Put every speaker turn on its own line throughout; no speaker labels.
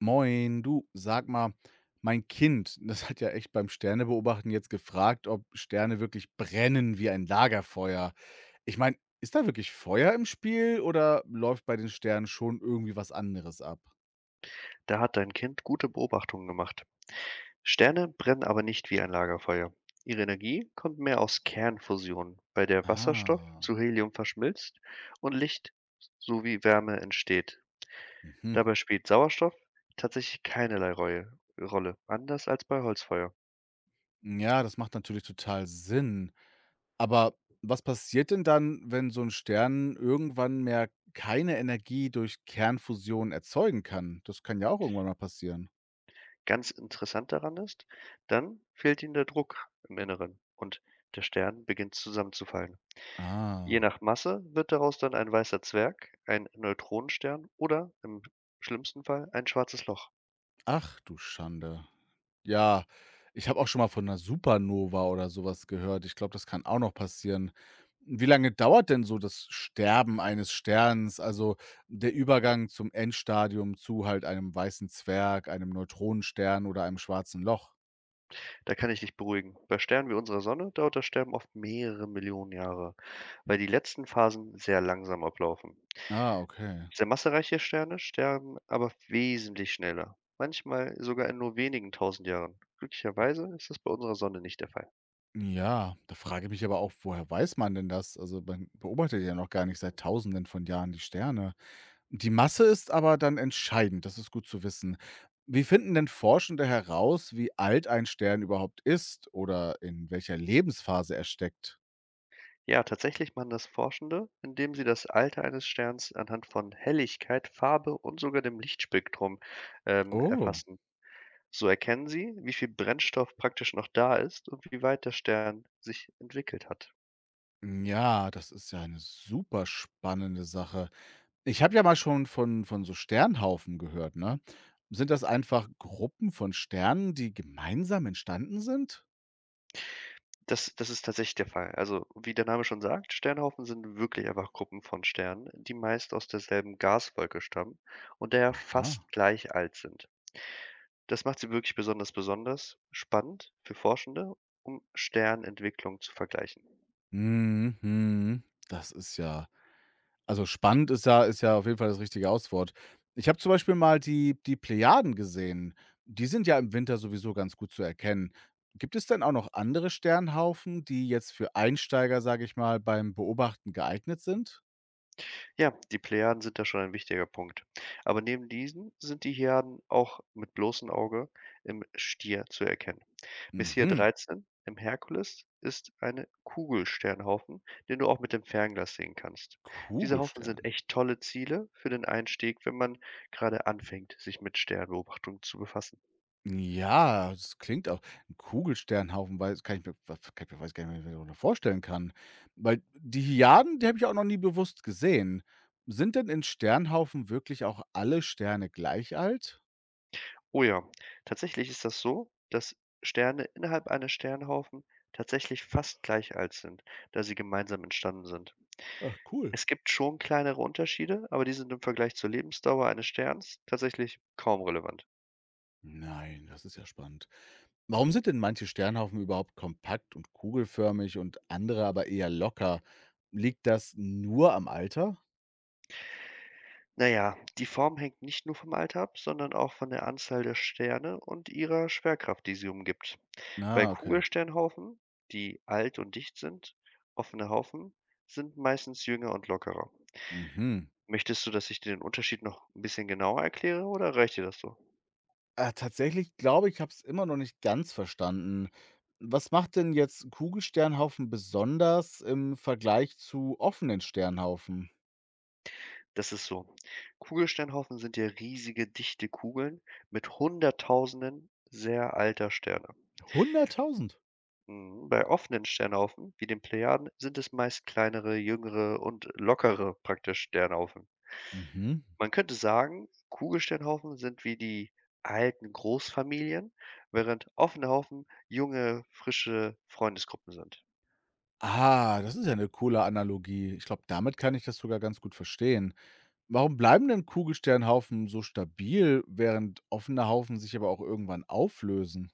Moin, du, sag mal, mein Kind, das hat ja echt beim Sternebeobachten jetzt gefragt, ob Sterne wirklich brennen wie ein Lagerfeuer. Ich meine, ist da wirklich Feuer im Spiel oder läuft bei den Sternen schon irgendwie was anderes ab?
Da hat dein Kind gute Beobachtungen gemacht. Sterne brennen aber nicht wie ein Lagerfeuer. Ihre Energie kommt mehr aus Kernfusion, bei der Wasserstoff
Ah,
zu Helium verschmilzt und Licht sowie Wärme entsteht.
mhm.
Dabei spielt Sauerstoff tatsächlich Rolle, anders als bei Holzfeuer.
Ja, das macht natürlich total Sinn. Aber was passiert denn dann, wenn so ein Stern irgendwann mehr keine Energie durch Kernfusion erzeugen kann? Das kann ja auch irgendwann mal passieren.
Ganz interessant daran ist, dann fehlt ihnen der Druck im Inneren und der Stern beginnt zusammenzufallen. Je
Ah,
nach Masse wird daraus dann ein weißer Zwerg, ein Neutronenstern oder im schlimmsten Fall ein schwarzes Loch.
ach du Schande. Ja, ich habe auch schon mal von einer Supernova oder sowas gehört. Ich glaube, das kann auch noch passieren. Wie lange dauert denn so das Sterben eines Sterns, also der Übergang zum Endstadium zu halt einem Weißen Zwerg, einem Neutronenstern oder einem Schwarzen Loch?
Da kann ich dich beruhigen. Bei Sternen wie unserer Sonne dauert das Sterben oft mehrere Millionen Jahre, weil die letzten Phasen sehr langsam ablaufen.
Ah, okay.
Sehr massereiche Sterne sterben aber wesentlich schneller, manchmal sogar in nur wenigen tausend Jahren. Glücklicherweise ist das bei unserer Sonne nicht der Fall.
Ja, da frage ich mich aber auch, woher weiß man denn das? Also, man beobachtet ja noch gar nicht seit Tausenden von Jahren die Sterne. Die Masse ist aber dann entscheidend, das ist gut zu wissen. Wie finden denn Forschende heraus, wie alt ein Stern überhaupt ist oder in welcher Lebensphase er steckt?
Ja, tatsächlich machen das Forschende, indem sie das Alter eines Sterns anhand von Helligkeit, Farbe und sogar dem Lichtspektrum
Oh.
erfassen. So erkennen sie, wie viel Brennstoff praktisch noch da ist und wie weit der Stern sich entwickelt hat.
Ja, das ist ja eine super spannende Sache. Ich habe ja mal schon von so Sternhaufen gehört, ne? Sind das einfach Gruppen von Sternen, die gemeinsam entstanden sind?
Das ist tatsächlich der Fall. Also, wie der Name schon sagt, Sternhaufen sind wirklich einfach Gruppen von Sternen, die meist aus derselben Gaswolke stammen und daher fast
Aha.
gleich alt sind. Das macht sie wirklich besonders besonders spannend für Forschende, um Sternentwicklung zu vergleichen.
Mhm. Das ist ja Also, Spannend ist ja auf jeden Fall das richtige Auswort. Ich habe zum Beispiel mal die Plejaden gesehen. Die sind ja im Winter sowieso ganz gut zu erkennen. Gibt es denn auch noch andere Sternhaufen, die jetzt für Einsteiger, sage ich mal, beim Beobachten geeignet sind?
Ja, die Plejaden sind da schon ein wichtiger Punkt. Aber neben diesen sind die Hyaden auch mit bloßem Auge im Stier zu erkennen. Messier
Mhm,
dreizehn im Herkules ist ein Kugelsternhaufen, den du auch mit dem Fernglas sehen kannst. Diese Haufen sind
Kugelstern.
echt tolle Ziele für den Einstieg, wenn man gerade anfängt, sich mit Sternbeobachtung zu befassen.
Ja, das klingt auch 'n Kugelsternhaufen, weiß kann ich mir wa kann ich mir weiß gar nicht, mehr, wie ich mir das vorstellen kann. Weil die Hyaden, die habe ich auch noch nie bewusst gesehen. Sind denn in Sternhaufen wirklich auch alle Sterne gleich alt?
Oh ja, tatsächlich ist das so, dass Sterne innerhalb eines Sternhaufen tatsächlich fast gleich alt sind, da sie gemeinsam entstanden sind.
Ach cool.
Es gibt schon kleinere Unterschiede, aber die sind im Vergleich zur Lebensdauer eines Sterns tatsächlich kaum relevant.
Nein, das ist ja spannend. Warum sind denn manche Sternhaufen überhaupt kompakt und kugelförmig und andere aber eher locker? Liegt das nur am Alter?
Naja, die Form hängt nicht nur vom Alter ab, sondern auch von der Anzahl der Sterne und ihrer Schwerkraft, die sie umgibt. Bei
Na, okay.
Kugelsternhaufen, die alt und dicht sind, offene Haufen sind meistens jünger und lockerer.
Mhm.
Möchtest du, dass ich dir den Unterschied noch ein bisschen genauer erkläre oder reicht dir das so?
Tatsächlich glaube ich, habe es immer noch nicht ganz verstanden. Was macht denn jetzt Kugelsternhaufen besonders im Vergleich zu offenen Sternhaufen?
Das ist so: Kugelsternhaufen sind ja riesige, dichte Kugeln mit Hunderttausenden sehr alter Sterne.
100.000.
Mhm. Bei offenen Sternhaufen, wie den Plejaden, sind es meist kleinere, jüngere und lockere praktisch Sternhaufen.
Mhm.
Man könnte sagen, Kugelsternhaufen sind wie die alten Großfamilien, während offene Haufen junge, frische Freundesgruppen sind.
Ah, das ist ja eine coole Analogie. Ich glaube, damit kann ich das sogar ganz gut verstehen. Warum bleiben denn Kugelsternhaufen so stabil, während offene Haufen sich aber auch irgendwann auflösen?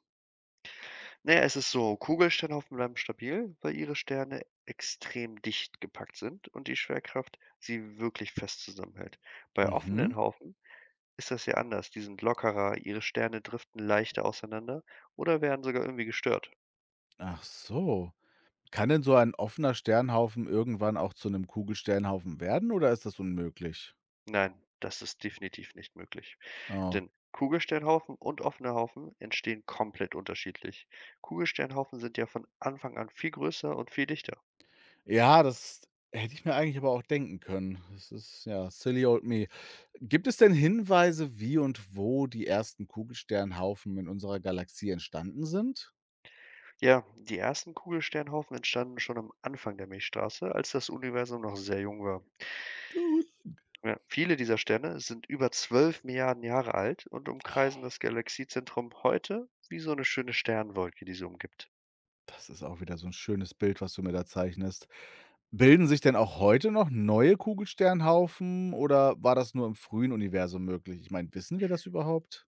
Naja, es ist so, Kugelsternhaufen bleiben stabil, weil ihre Sterne extrem dicht gepackt sind und die Schwerkraft sie wirklich fest zusammenhält. Bei offenen
Mhm.
Haufen ist das ja anders. Die sind lockerer, ihre Sterne driften leichter auseinander oder werden sogar irgendwie gestört.
Ach so. Kann denn so ein offener Sternhaufen irgendwann auch zu einem Kugelsternhaufen werden oder ist das unmöglich?
Nein, das ist definitiv nicht möglich.
Oh.
Denn Kugelsternhaufen und offene Haufen entstehen komplett unterschiedlich. Kugelsternhaufen sind ja von Anfang an viel größer und viel dichter.
Ja, das hätte ich mir eigentlich aber auch denken können. Das ist, ja, silly old me. Gibt es denn Hinweise, wie und wo die ersten Kugelsternhaufen in unserer Galaxie entstanden sind?
Ja, die ersten Kugelsternhaufen entstanden schon am Anfang der Milchstraße, als das Universum noch sehr jung war.
Gut.
Ja, viele dieser Sterne sind über 12 Milliarden Jahre alt und umkreisen das Galaxiezentrum heute wie so eine schöne Sternwolke, die sie umgibt.
Das ist auch wieder so 'n schönes Bild, was du mir da zeichnest. Bilden sich denn auch heute noch neue Kugelsternhaufen oder war das nur im frühen Universum möglich? Ich meine, wissen wir das überhaupt?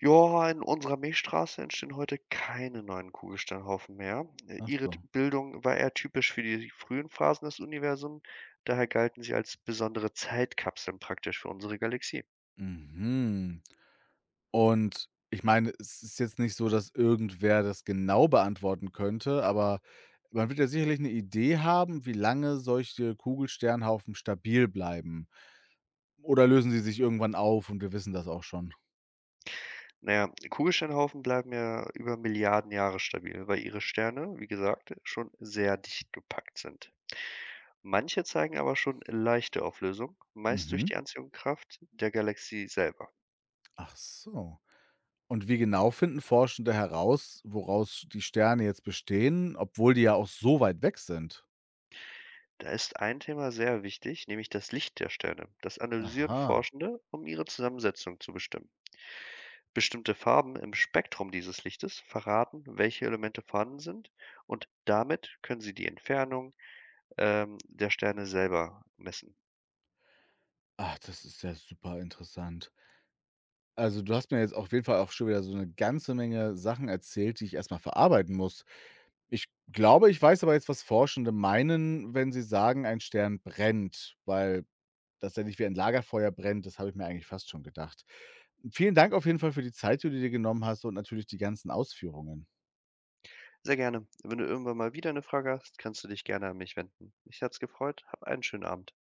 Ja, in unserer Milchstraße entstehen heute keine neuen Kugelsternhaufen mehr.
Ach
Ihre
so.
Bildung war eher typisch für die frühen Phasen des Universums, daher galten sie als besondere Zeitkapseln praktisch für unsere Galaxie.
Mhm. Und ich meine, es ist jetzt nicht so, dass irgendwer das genau beantworten könnte, aber man wird ja sicherlich 'ne Idee haben, wie lange solche Kugelsternhaufen stabil bleiben. Oder lösen sie sich irgendwann auf und wir wissen das auch schon?
Naja, Kugelsternhaufen bleiben ja über Milliarden Jahre stabil, weil ihre Sterne, wie gesagt, schon sehr dicht gepackt sind. Manche zeigen aber schon leichte Auflösung, meist durch
Mhm.
die Anziehungskraft der Galaxie selber.
Ach so. Und wie genau finden Forschende heraus, woraus die Sterne jetzt bestehen, obwohl die ja auch so weit weg sind?
Da ist ein Thema sehr wichtig, nämlich das Licht der Sterne. Das analysieren
Aha.
Forschende, um ihre Zusammensetzung zu bestimmen. Bestimmte Farben im Spektrum dieses Lichtes verraten, welche Elemente vorhanden sind und damit können sie die Entfernung der Sterne selber messen.
Ach, das ist ja super interessant. Also, du hast mir jetzt auf jeden Fall auch schon wieder so eine ganze Menge Sachen erzählt, die ich erst mal verarbeiten muss. Ich glaube, ich weiß aber jetzt, was Forschende meinen, wenn sie sagen, ein Stern brennt, weil das er nicht wie ein Lagerfeuer brennt, das habe ich mir eigentlich fast schon gedacht. Vielen Dank auf jeden Fall für die Zeit, die du dir genommen hast und natürlich die ganzen Ausführungen.
Sehr gerne. Wenn du irgendwann mal wieder eine Frage hast, kannst du dich gerne an mich wenden. Mich hat's gefreut. Hab einen schönen Abend.